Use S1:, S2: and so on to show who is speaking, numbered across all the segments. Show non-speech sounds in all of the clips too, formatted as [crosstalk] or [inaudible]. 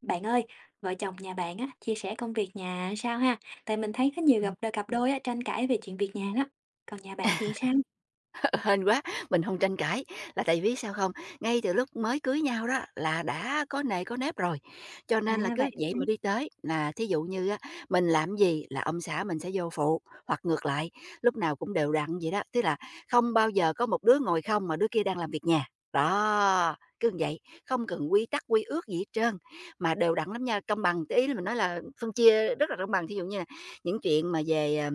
S1: Bạn ơi, vợ chồng nhà bạn á, chia sẻ công việc nhà sao ha? Tại mình thấy có nhiều cặp đôi á, tranh cãi về chuyện việc nhà đó. Còn nhà bạn thì sao?
S2: Hên quá, mình không tranh cãi, là tại vì sao không? Ngay từ lúc mới cưới nhau đó là đã có nề có nếp rồi, cho nên là
S1: À
S2: cứ
S1: vậy đó
S2: vậy
S1: hả?
S2: mà đi tới. Là thí dụ như á, mình làm gì là ông xã mình sẽ vô phụ, hoặc ngược lại, lúc nào cũng đều đặn vậy đó, tức là không bao giờ có một đứa ngồi không mà đứa kia đang làm việc nhà. Đó, cứ như vậy, không cần quy tắc, quy ước gì hết trơn, mà đều đặn lắm nha, công bằng. Cái ý là mình nói là phân chia rất là công bằng, thí dụ như là những chuyện mà về,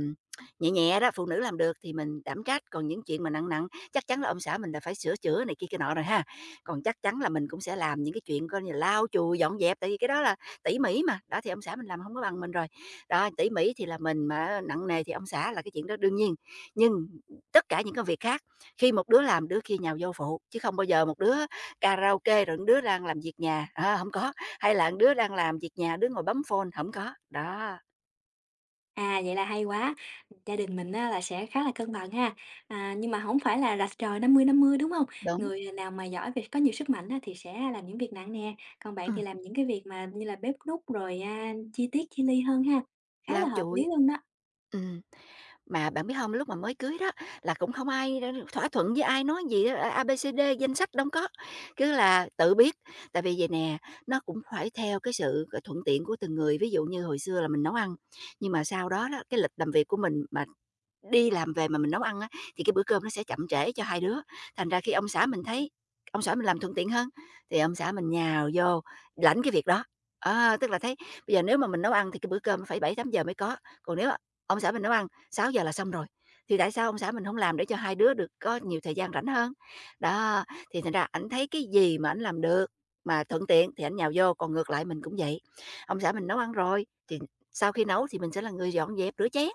S2: nhẹ nhẹ đó, phụ nữ làm được thì mình đảm trách, còn những chuyện mà nặng nặng chắc chắn là ông xã mình là phải sửa chữa này kia kia nọ rồi ha. Còn chắc chắn là mình cũng sẽ làm những cái chuyện coi như là lau chùi, dọn dẹp, tại vì cái đó là tỉ mỉ mà, đó, thì ông xã mình làm không có bằng mình rồi. Đó, tỉ mỉ thì là mình, mà nặng nề thì ông xã là cái chuyện đó đương nhiên. Nhưng tất cả những công việc khác, khi một đứa làm đứa kia nhào vô phụ, chứ không bao giờ một đứa karaoke rồi một đứa đang làm việc nhà, hổng có, hay là một đứa đang làm việc nhà, đứa ngồi bấm phone, không có. Đó.
S1: À vậy là hay quá. Gia đình mình á, là sẽ khá là cân bằng ha. À, nhưng mà không phải là rạch ròi năm 50 đúng không?
S2: Đúng.
S1: Người nào mà giỏi về có nhiều sức mạnh á, thì sẽ làm những việc nặng nè. Còn bạn thì
S2: Ừm,
S1: làm những cái việc mà như là bếp núc rồi à, chi tiết chi ly hơn ha. Khá là
S2: lau
S1: hợp lý
S2: chùi,
S1: luôn đó.
S2: ừm. Mà bạn biết không lúc mà mới cưới đó là cũng không ai thỏa thuận với ai nói gì á, A, B, C, D, danh sách đâu có, cứ là tự biết. Tại vì vầy nè, nó cũng phải theo cái sự, thuận tiện của từng người. Ví dụ như hồi xưa là mình nấu ăn, nhưng mà sau đó đó, cái lịch làm việc của mình mà đi làm về mà mình nấu ăn á, thì cái bữa cơm nó sẽ chậm trễ cho hai đứa, thành ra khi ông xã mình thấy ông xã mình làm thuận tiện hơn, thì ông xã mình nhào vô lãnh cái việc đó. Ờ, tức là thấy bây giờ nếu mà mình nấu ăn thì cái bữa cơm phải bảy tám giờ mới có, còn nếu ông xã mình nấu ăn sáu giờ là xong rồi, thì tại sao ông xã mình không làm để cho hai đứa được có nhiều thời gian rảnh hơn? Đó, thì thành ra ảnh thấy cái gì mà ảnh làm được, mà thuận tiện thì ảnh nhào vô, còn ngược lại mình cũng vậy. Ông xã mình nấu ăn rồi, thì sau khi nấu thì mình sẽ là người dọn dẹp, rửa chén.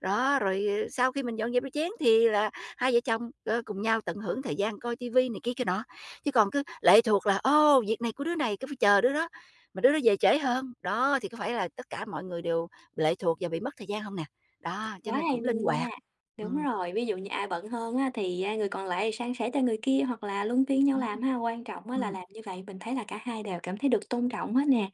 S2: Đó, rồi, sau khi mình dọn dẹp đôi chén thì là hai vợ chồng, cùng nhau tận hưởng thời gian coi tivi này kia kia nọ, chứ còn cứ lệ thuộc là "Ô, việc này của đứa này cứ phải chờ đứa đó, mà đứa đó về trễ hơn." Đó, thì có phải là tất cả mọi người đều lệ thuộc và bị mất thời gian không nè? Đó, cho
S1: Quá
S2: nên
S1: hay
S2: cũng linh
S1: luôn nha.
S2: hoạt.
S1: Đúng
S2: Ừm,
S1: rồi, ví dụ như ai bận hơn á, thì, a, người còn lại san sẻ cho người kia hoặc là luân phiên nhau
S2: ừm.
S1: làm ha. Quan trọng á là
S2: Ừm,
S1: làm như vậy mình thấy là cả hai đều cảm thấy được tôn trọng hết nè,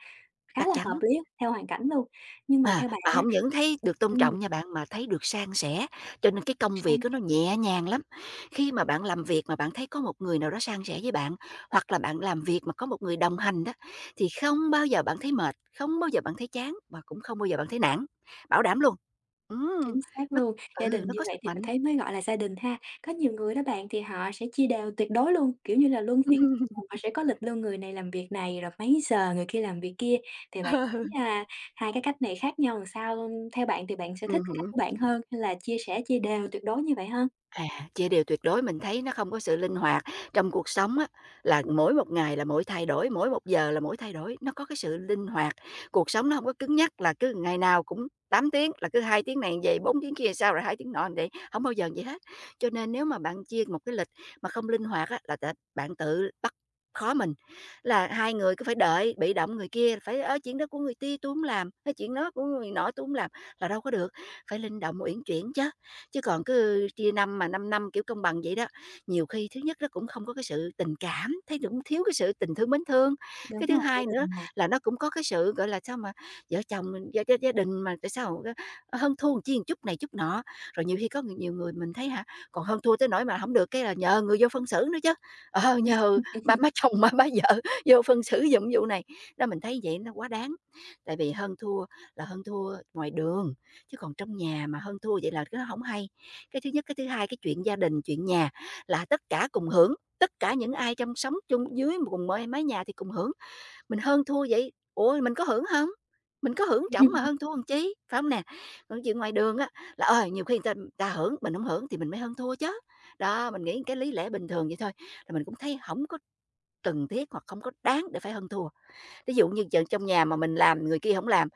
S1: khá
S2: chắc
S1: là hợp
S2: chắn.
S1: lý theo hoàn cảnh luôn. Nhưng mà
S2: À,
S1: theo bạn
S2: mà
S1: á
S2: không những thấy được tôn
S1: ừm,
S2: trọng nha bạn, mà thấy được san sẻ, cho nên cái công việc
S1: san
S2: á nó nhẹ nhàng lắm. Khi mà bạn làm việc mà bạn thấy có một người nào đó san sẻ với bạn, hoặc là bạn làm việc mà có một người đồng hành đó, thì không bao giờ bạn thấy mệt, không bao giờ bạn thấy chán và cũng không bao giờ bạn thấy nản, bảo đảm luôn. Ừm,
S1: Chính xác
S2: nó
S1: luôn, gia
S2: ừ,
S1: đình
S2: nó
S1: như
S2: có
S1: vậy
S2: sức
S1: thì mình
S2: mạnh.
S1: thấy mới gọi là gia đình ha. Có nhiều người đó bạn thì họ sẽ chia đều tuyệt đối luôn, kiểu như là, luân phiên họ sẽ có lịch luôn người này làm việc này, rồi mấy giờ người kia làm việc kia. Thì bạn thấy,
S2: [laughs]
S1: a, hai cái cách này khác nhau làm sao? Theo bạn thì bạn sẽ thích cái cách
S2: Ừm.
S1: của bạn hơn hay là chia sẻ chia đều tuyệt đối như vậy hơn?
S2: À, chia đều tuyệt đối, mình thấy nó không có sự linh hoạt. Trong cuộc sống á, là mỗi một ngày là mỗi thay đổi, mỗi một giờ là mỗi thay đổi, nó có cái sự linh hoạt. Cuộc sống nó không có cứng nhắc là cứ ngày nào cũng 8 tiếng, là cứ 2 tiếng này vậy, 4 tiếng kia làm sao, rồi 2 tiếng nọ vậy, không bao giờ vậy hết. Cho nên nếu mà bạn chia một cái lịch mà không linh hoạt á, là t bạn tự bắt khó mình, là hai người cứ phải đợi, bị động người kia phải, ở "Chuyện đó của người tia tui hổng làm, cái chuyện đó của người nọ tui hổng làm" là đâu có được, phải linh động, uyển chuyển chứ. Chứ còn cứ chia năm mà 5 năm, kiểu, công bằng vậy đó, nhiều khi thứ nhất nó cũng không có cái sự tình cảm, thấy cũng thiếu cái sự tình thương, mến thương.
S1: Đúng
S2: Cái thứ
S1: rồi, gia
S2: hai nữa
S1: đình nè.
S2: là nó cũng có cái sự, gọi là, sao mà vợ chồng mình gia gia gia đình mà tại sao á hơn thua một chi một chút này chút nọ. Rồi nhiều khi có người nhiều người mình thấy hả, còn hơn thua tới nỗi mà không được cái là nhờ người vô phân xử nữa chứ, nhờ ba má chồng, ba má vợ [laughs] vô phân xử giùm vụ này. Đó, mình thấy vậy nó quá đáng, tại vì hơn thua là hơn thua ngoài đường, chứ còn trong nhà mà hơn thua vậy là cái đó không hay. Cái thứ nhất, cái thứ hai, cái chuyện gia đình, chuyện nhà là tất cả cùng hưởng, tất cả những ai trong sống chung dưới cùng mái mái nhà thì cùng hưởng, mình hơn thua vậy, ủa, mình có hưởng không? Mình có hưởng trọng mà hơn
S1: [laughs]
S2: thua làm chi, phải không nè? Còn chuyện ngoài đường á là, ơi nhiều khi người ta hưởng, mình không hưởng thì mình mới hơn thua chứ. Đó, mình nghĩ cái lý lẽ bình thường vậy thôi, là mình cũng thấy không có cần thiết hoặc không có đáng để phải hơn thua. Ví dụ như giờ trong nhà mà mình làm người kia không làm,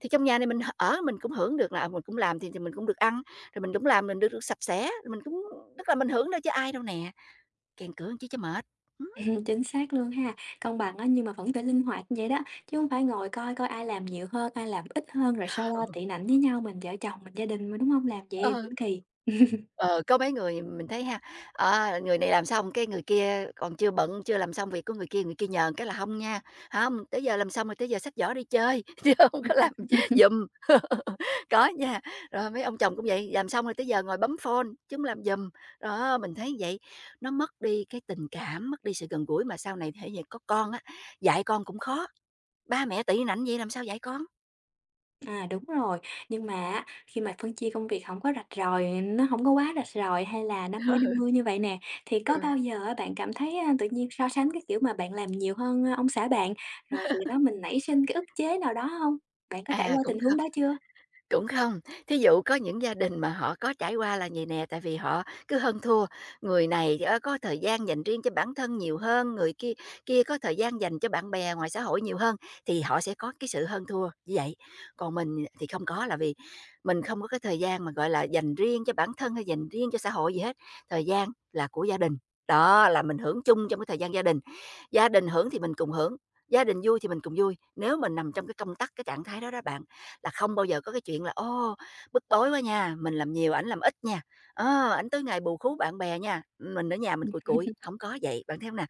S2: thì trong nhà này mình ở mình cũng hưởng được là, à, mình cũng làm thì mình cũng được ăn, rồi mình cũng làm mình được được sạch sẽ, mình cũng tức là mình hưởng đâu chứ ai đâu nè, kèn cửa chứ cho mệt. Ừm.
S1: [laughs] Chính xác luôn ha, công bằng á, nhưng mà vẫn phải linh hoạt như vậy đó, chứ không phải ngồi coi coi ai làm nhiều hơn, ai làm ít hơn, rồi sau đó tị nạnh với nhau, mình vợ chồng, mình gia đình mà, đúng không? Làm vậy
S2: Ờ.
S1: cũng kỳ. [laughs]
S2: Ờ, có mấy người mình thấy ha, người này làm xong cái người kia còn chưa bận, chưa làm xong việc của người kia nhờn cái là không nha, không tới giờ làm xong rồi tới giờ xách giỏ đi chơi, [laughs] chứ không có làm giùm." [laughs] Có nha, rồi mấy ông chồng cũng vậy, làm xong rồi tới giờ ngồi bấm phone chứ hông làm giùm. Đó, mình thấy vậy, nó mất đi cái tình cảm, mất đi sự gần gũi mà sau này thể hiện có con á, dạy con cũng khó, ba mẹ tị nạnh vậy làm sao dạy con?
S1: À, đúng rồi, nhưng mà á, khi mà phân chia công việc không có rạch ròi, nó không có quá rạch ròi hay là năm mươi
S2: [laughs]
S1: như vậy nè, thì có
S2: Ừ,
S1: bao giờ á, bạn cảm thấy, a, tự nhiên so sánh cái kiểu mà bạn làm nhiều hơn, a, ông xã bạn, rồi từ đó mình nảy sinh cái ức chế nào đó không? Bạn có trải
S2: à,
S1: qua
S2: cũng
S1: tình
S2: khó.
S1: huống đó chưa?
S2: Cũng không, thí dụ có những gia đình mà họ có trải qua là vầy nè, tại vì họ cứ hơn thua, người này, có thời gian dành riêng cho bản thân nhiều hơn, người kia kia có thời gian dành cho bạn bè ngoài xã hội nhiều hơn, thì họ sẽ có cái sự hơn thua như vậy. Còn mình thì không có, là vì mình không có cái thời gian mà, gọi là, dành riêng cho bản thân hay dành riêng cho xã hội gì hết, thời gian là của gia đình. Đó, là mình hưởng chung trong cái thời gian gia đình hưởng thì mình cùng hưởng, gia đình vui thì mình cùng vui. Nếu mình nằm trong cái công tắc, cái trạng thái đó đó bạn, là không bao giờ có cái chuyện là "Ô, bức bối quá nha, mình làm nhiều ảnh làm ít nha, ảnh tối ngày bù khú bạn bè nha, mình ở nhà mình cùi cụi", không có vậy, bạn thấy không nè?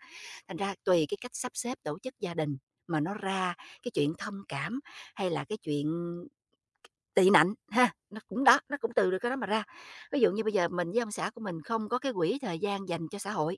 S2: Thành ra tùy cái cách sắp xếp tổ chức gia đình mà nó ra cái chuyện thông cảm hay là cái chuyện tị nạnh ha, nó cũng đó, nó cũng từ được cái đó mà ra. Ví dụ như bây giờ mình với ông xã của mình không có cái quỹ thời gian dành cho xã hội,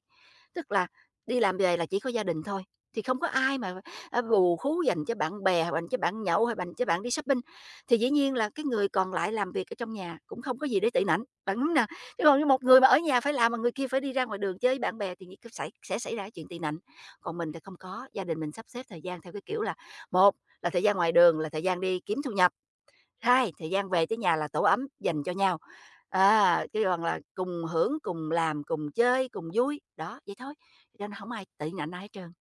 S2: tức là đi làm về là chỉ có gia đình thôi, thì không có ai mà, à, bù khú dành cho bạn bè, hoặc dành cho bạn nhậu, hay dành cho bạn đi shopping, thì dĩ nhiên là cái người còn lại làm việc ở trong nhà cũng không có gì để tị nạnh, bạn đúng nè. Chứ còn như một người mà ở nhà phải làm mà người kia phải đi ra ngoài đường chơi với bạn bè thì nghĩ xảy sẽ xảy ra chuyện tị nạnh. Còn mình thì không có, gia đình mình sắp xếp thời gian theo cái kiểu là một là thời gian ngoài đường là thời gian đi kiếm thu nhập, hai, thời gian về tới nhà là tổ ấm dành cho nhau, chứ còn là cùng hưởng, cùng làm, cùng chơi, cùng vui, đó, vậy thôi, cho nên không ai tị nạnh ai hết trơn.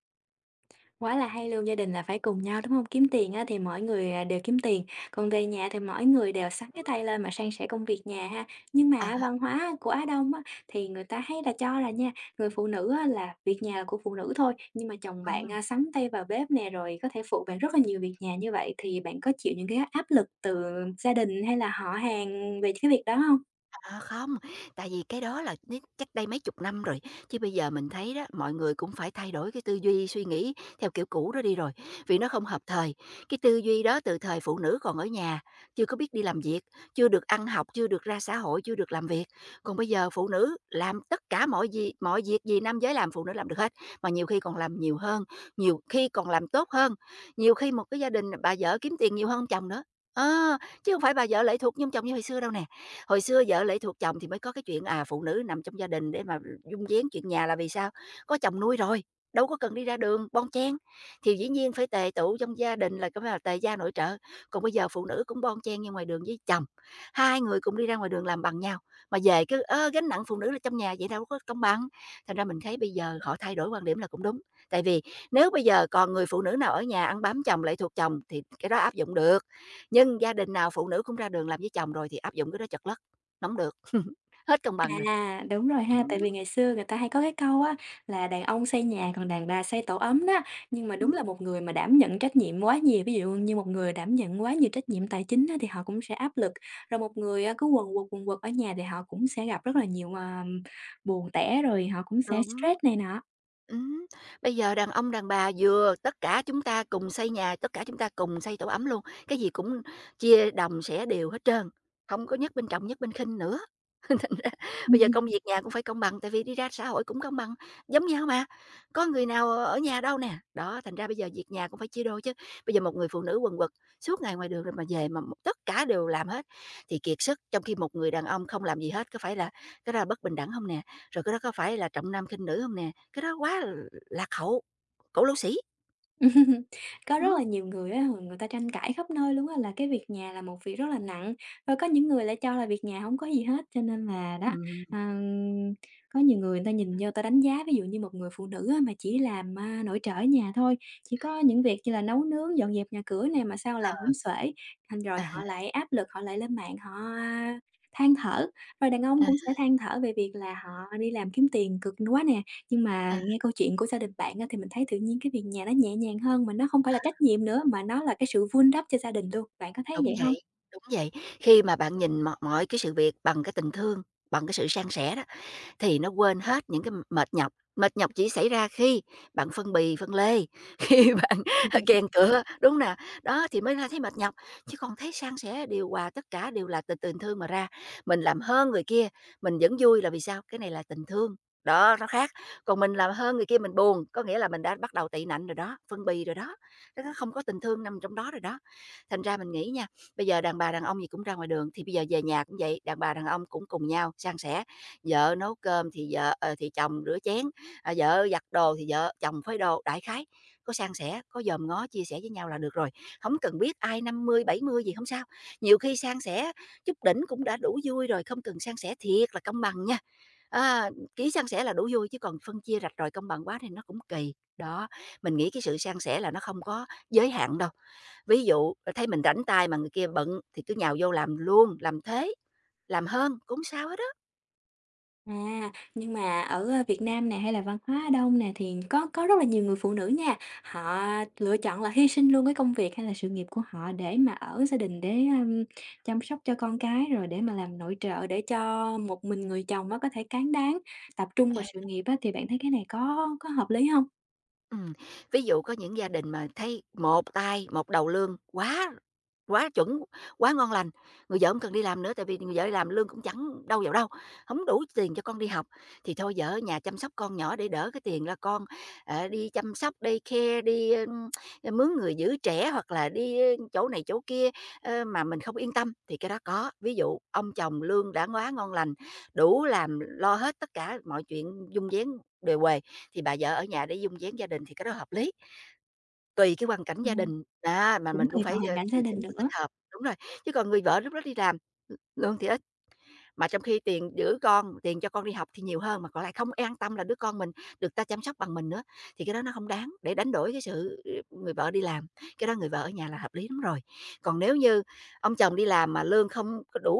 S1: Quá là hay luôn, gia đình là phải cùng nhau, đúng không? Kiếm tiền á thì mỗi người, à, đều kiếm tiền, còn về nhà thì mỗi người đều xắn
S2: Ừm.
S1: cái tay lên mà san sẻ công việc nhà ha. Nhưng mà
S2: À,
S1: á văn hóa của Á Đông á, thì người ta hay là cho là nha, người phụ nữ á là việc nhà là của phụ nữ thôi, nhưng mà chồng bạn, à, xắn tay vào bếp nè, rồi có thể phụ bạn rất là nhiều việc nhà như vậy thì bạn có chịu những cái áp lực từ gia đình hay là họ hàng về cái việc đó không?
S2: à, không, tại vì cái đó là chắc đây mấy chục năm rồi, chứ bây giờ mình thấy đó, mọi người cũng phải thay đổi cái tư duy, suy nghĩ theo kiểu cũ đó đi rồi, vì nó không hợp thời. Cái tư duy đó từ thời phụ nữ còn ở nhà, chưa có biết đi làm việc, chưa được ăn học, chưa được ra xã hội, chưa được làm việc. Còn bây giờ phụ nữ làm tất cả mọi việc gì nam giới làm phụ nữ làm được hết, mà nhiều khi còn làm nhiều hơn, nhiều khi còn làm tốt hơn, nhiều khi một cái gia đình bà vợ kiếm tiền nhiều hơn ông chồng nữa. Ờ. Chứ không phải bà vợ lệ thuộc vô ông chồng như hồi xưa đâu nè. Hồi xưa vợ lệ thuộc chồng thì mới có cái chuyện, à, phụ nữ nằm trong gia đình để mà dung vén chuyện nhà là vì sao? Có chồng nuôi rồi, đâu có cần đi ra đường bon chen, thì dĩ nhiên phải tề tựu trong gia đình là cái mà tề gia nội trợ. Còn bây giờ phụ nữ cũng bon chen như ngoài đường với chồng, hai người cũng đi ra ngoài đường làm bằng nhau, mà về cứ, ơ, gánh nặng phụ nữ là trong nhà vậy đâu có công bằng. Thành ra mình thấy bây giờ họ thay đổi quan điểm là cũng đúng, tại vì nếu bây giờ còn người phụ nữ nào ở nhà ăn bám chồng, lệ thuộc chồng thì cái đó áp dụng được. Nhưng gia đình nào phụ nữ cũng ra đường làm với chồng rồi thì áp dụng cái đó chật lất, hổng được, [laughs] hết công bằng rồi.
S1: À, đúng rồi ha, tại
S2: Ừm,
S1: vì ngày xưa người ta hay có cái câu á là "Đàn ông xây nhà, còn đàn bà xây tổ ấm" đó, nhưng mà đúng
S2: ừm,
S1: là một người mà đảm nhận trách nhiệm quá nhiều, ví dụ như một người đảm nhận quá nhiều trách nhiệm tài chính á, thì họ cũng sẽ áp lực, rồi một người, a, cứ quần quật ở nhà thì họ cũng sẽ gặp rất là nhiều, à, buồn tẻ, rồi họ cũng sẽ
S2: đúng,
S1: stress này nọ.
S2: ừm. Bây giờ đàn ông, đàn bà vừa tất cả chúng ta cùng xây nhà, tất cả chúng ta cùng xây tổ ấm luôn, cái gì cũng chia đồng sẻ đều hết trơn, không có nhất bên trọng, nhất bên khinh nữa. Bây giờ công
S1: [laughs]
S2: việc nhà cũng phải công bằng, tại vì đi ra xã hội cũng công bằng, giống nhau mà, có người nào ở nhà đâu nè. Đó, thành ra bây giờ việc nhà cũng phải chia đôi chứ. Bây giờ một người phụ nữ quần quật suốt ngày ngoài đường rồi mà về mà tất cả đều làm hết thì kiệt sức, trong khi một người đàn ông không làm gì hết, có phải là cái đó là bất bình đẳng không nè? Rồi cái đó có phải là trọng nam khinh nữ không nè? Cái đó quá lạc hậu, cổ lỗ sĩ.
S1: [laughs] Có rất là
S2: Ừm,
S1: nhiều người á, người ta tranh cãi khắp nơi luôn á, là cái việc nhà là một việc rất là nặng, rồi có những người lại cho là việc nhà không có gì hết. Cho nên là đó,
S2: ừm,
S1: à, có nhiều người người ta nhìn vô người ta đánh giá, ví dụ như một người phụ nữ á mà chỉ làm, a, nội trợ ở nhà thôi, chỉ có những việc như là nấu nướng, dọn dẹp nhà cửa này mà sao làm cũng xuể, thành rồi
S2: à,
S1: họ lại áp lực, họ lại lên mạng họ, a, than thở. Rồi đàn ông
S2: à,
S1: cũng sẽ than thở về việc là họ đi làm kiếm tiền cực quá nè, nhưng mà
S2: à,
S1: nghe câu chuyện của gia đình bạn á, thì mình thấy tự nhiên cái việc nhà nó nhẹ nhàng hơn, mà nó không phải là trách nhiệm nữa, mà nó là cái sự vun đắp cho gia đình luôn, bạn có thấy
S2: đúng
S1: vậy không?
S2: vậy, đúng vậy. Khi mà bạn nhìn mọi mọi cái sự việc bằng cái tình thương, bằng cái sự san sẻ đó thì nó quên hết những cái mệt nhọc. Mệt nhọc chỉ xảy ra khi bạn phân bì, phân lê, [laughs] khi bạn [laughs] kèn
S1: [laughs]
S2: cựa, đúng nè, đó thì mới ra thấy mệt nhọc, chứ còn thấy san sẻ, điều hòa tất cả đều là từ tình thương mà ra. Mình làm hơn người kia, mình vẫn vui là vì sao? Cái này là tình thương, đó, nó khác. Còn mình làm hơn người kia mình buồn, có nghĩa là mình đã bắt đầu tị nạnh rồi đó, phân bì rồi đó, nó không có tình thương nằm trong đó rồi đó. Thành ra mình nghĩ nha, bây giờ đàn bà, đàn ông gì cũng ra ngoài đường, thì bây giờ về nhà cũng vậy, đàn bà, đàn ông cũng cùng nhau san sẻ, vợ nấu cơm thì thì chồng rửa chén, à, vợ giặt đồ thì vợ chồng phơi đồ, đại khái có san sẻ, có dòm ngó chia sẻ với nhau là được rồi, không cần biết ai 50 70 gì không sao. Nhiều khi san sẻ chút đỉnh cũng đã đủ vui rồi, không cần san sẻ thiệt là công bằng nha. Á, chỉ san sẻ là đủ vui chứ còn phân chia rạch ròi công bằng quá thì nó cũng kỳ. Đó, mình nghĩ cái sự san sẻ là nó không có giới hạn đâu. Ví dụ, ờ, thấy mình rảnh tay mà người kia bận thì cứ nhào vô làm luôn, làm thế, làm hơn cũng hông sao hết á.
S1: À, nhưng mà ở, ơ, Việt Nam nè, hay là văn hóa ở Đông nè, thì có rất là nhiều người phụ nữ nha, họ lựa chọn là hy sinh luôn cái công việc hay là sự nghiệp của họ để mà ở gia đình, để, chăm sóc cho con cái, rồi để mà làm nội trợ để cho một mình người chồng nó có thể cán đáng, tập trung vào
S2: À.
S1: sự nghiệp á, thì bạn thấy cái này có hợp lý không?
S2: Ừm, ví dụ có những gia đình mà thấy một tay, một đầu lương quá quá chuẩn, quá ngon lành, người vợ không cần đi làm nữa tại vì người vợ đi làm lương cũng chẳng đâu vào đâu, không đủ tiền cho con đi học, thì thôi vợ ở nhà chăm sóc con nhỏ để đỡ cái tiền là con, đi chăm sóc đây daycare, đi, mướn người giữ trẻ hoặc là đi chỗ này chỗ kia, mà mình không yên tâm thì cái đó có. Ví dụ ông chồng lương đã quá ngon lành, đủ làm lo hết tất cả mọi chuyện dung vén đề huề, thì bà vợ ở nhà để dung vén gia đình thì cái đó hợp lý, tùy cái hoàn cảnh gia
S1: Ừm.
S2: đình, đó, mà
S1: Cũng
S2: mình cũng
S1: tùy vào
S2: phải,
S1: hoàn cảnh gia
S2: điều chỉnh
S1: đình
S2: cho thích
S1: nữa.
S2: hợp. Đúng rồi, chứ còn người vợ lúc đó đi làm, lương thì mà trong khi tiền giữ con, tiền cho con đi học thì nhiều hơn, mà còn lại không an tâm là đứa con mình được ta chăm sóc bằng mình nữa, thì cái đó nó không đáng để đánh đổi cái sự người vợ đi làm, cái đó người vợ ở nhà là hợp lý lắm rồi. Còn nếu như ông chồng đi làm mà lương không có đủ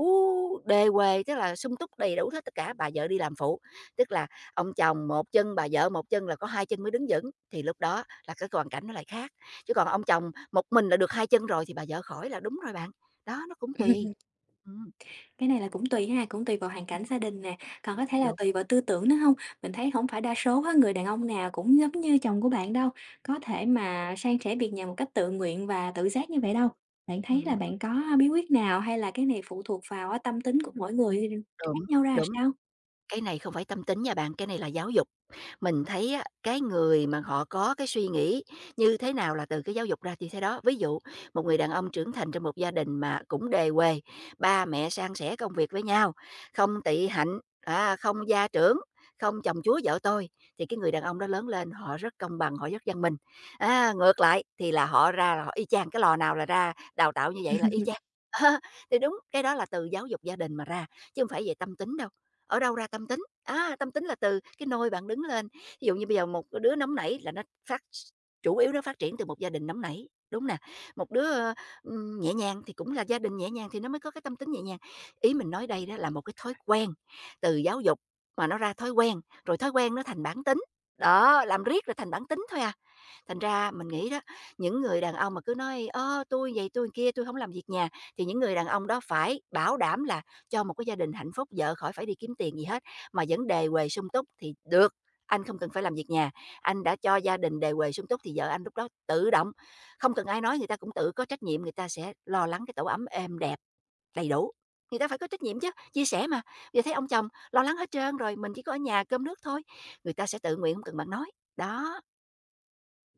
S2: đề quê tức là sung túc đầy đủ hết tất cả, bà vợ đi làm phụ, tức là ông chồng một chân, bà vợ một chân là có hai chân mới đứng vững, thì lúc đó là cái hoàn cảnh nó lại khác. Chứ còn ông chồng một mình là được hai chân rồi thì bà vợ khỏi là đúng rồi bạn. Đó, nó cũng tùy.
S1: [laughs]
S2: Ừm,
S1: Cái này là cũng tùy ha, cũng tùy vào hoàn cảnh gia đình nè, còn có thể là
S2: đúng.
S1: tùy vào tư tưởng nữa không? Mình thấy không phải đa số á, người đàn ông nào cũng giống như chồng của bạn đâu, có thể mà san sẻ việc nhà một cách tự nguyện và tự giác như vậy đâu. Bạn thấy là
S2: Ừm,
S1: bạn có bí quyết nào hay là cái này phụ thuộc vào á, tâm tính của mỗi người khác
S2: đúng,
S1: nhau ra làm
S2: đúng,
S1: sao?
S2: cái này không phải tâm tính nha bạn, cái này là giáo dục. Mình thấy á, cái người mà họ có cái suy nghĩ như thế nào là từ cái giáo dục ra thì thế đó. Ví dụ, một người đàn ông trưởng thành trong một gia đình mà cũng đề huề, ba mẹ san sẻ công việc với nhau, không tị hạnh, à, không gia trưởng, không chồng chúa vợ tôi thì cái người đàn ông đó lớn lên họ rất công bằng, họ rất văn minh. À, ngược lại thì là họ ra là họ y chang cái lò nào là ra đào tạo như vậy là y
S1: [laughs]
S2: chang. [laughs] Thì đúng cái đó là từ giáo dục gia đình mà ra chứ không phải về tâm tính đâu, ở đâu ra tâm tính, à, tâm tính là từ cái nôi bạn đứng lên. Ví dụ như bây giờ một cái đứa nóng nảy là nó phát chủ yếu nó phát triển từ một gia đình nóng nảy, đúng nè. Một đứa, nhẹ nhàng thì cũng là gia đình nhẹ nhàng thì nó mới có cái tâm tính nhẹ nhàng. Ý mình nói đây đó là một cái thói quen, từ giáo dục mà nó ra thói quen, rồi thói quen nó thành bản tính. Đó, làm riết rồi thành bản tính thôi à. Thành ra mình nghĩ đó, những người đàn ông mà cứ nói: "Ơ, tui vầy tui kia, tôi không làm việc nhà", thì những người đàn ông đó phải bảo đảm là cho một cái gia đình hạnh phúc, vợ khỏi phải đi kiếm tiền gì hết, mà vẫn đề huề sung túc thì được, anh không cần phải làm việc nhà. Anh đã cho gia đình đề huề sung túc thì vợ anh lúc đó tự động, không cần ai nói người ta cũng tự có trách nhiệm, người ta sẽ lo lắng cái tổ ấm êm đẹp, đầy đủ. Người ta phải có trách nhiệm chứ, chia sẻ mà, giờ thấy ông chồng lo lắng hết trơn rồi, mình chỉ có ở nhà cơm nước thôi, người ta sẽ tự nguyện, không cần bạn nói. Đó,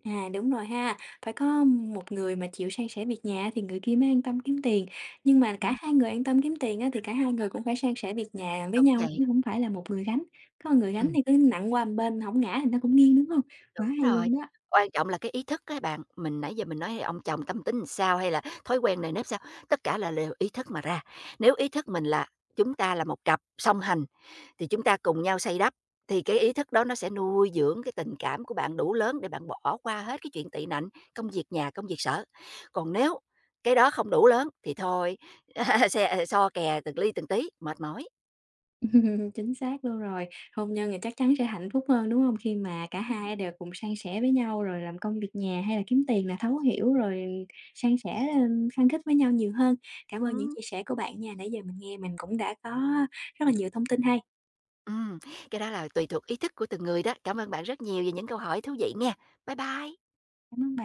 S1: À, đúng rồi ha. Phải có một người mà chịu san sẻ việc nhà thì người kia mới an tâm kiếm tiền. Nhưng mà cả
S2: ừm,
S1: hai người an tâm kiếm tiền á, thì cả hai người cũng phải san sẻ việc nhà với
S2: đúng
S1: nhau
S2: vậy.
S1: chứ không phải là một người gánh. Có người gánh
S2: Ừm,
S1: thì cứ nặng qua một bên không ngã thì nó cũng nghiêng, đúng không? Quá
S2: đúng
S1: hay
S2: rồi,
S1: luôn đó!
S2: quan trọng là cái ý thức á bạn, mình nãy giờ mình nói ông chồng tâm tính làm sao hay là thói quen này nếp sao, tất cả là đều ý thức mà ra. Nếu ý thức mình là chúng ta là một cặp song hành, thì chúng ta cùng nhau xây đắp, thì cái ý thức đó nó sẽ nuôi dưỡng cái tình cảm của bạn đủ lớn để bạn bỏ qua hết cái chuyện tị nạnh, công việc nhà, công việc sở. Còn nếu cái đó không đủ lớn thì thôi, [laughs] so kè từng ly từng tí, mệt mỏi.
S1: [laughs] Chính xác luôn rồi. Hôn nhân thì chắc chắn sẽ hạnh phúc hơn, đúng không? Khi mà cả
S2: Ừm.
S1: hai đều cùng san sẻ với nhau, rồi làm công việc nhà hay là kiếm tiền là thấu hiểu, rồi san sẻ, khăng khít với nhau nhiều hơn. Cảm ơn những
S2: Ừm.
S1: chia sẻ của bạn nha, nãy giờ mình nghe mình cũng đã có rất là nhiều thông tin hay.
S2: Ừm, cái đó là tùy thuộc ý thức của từng người đó. Cảm ơn bạn rất nhiều về những câu hỏi thú vị nghe. Bye bye.
S1: Cảm ơn bạn.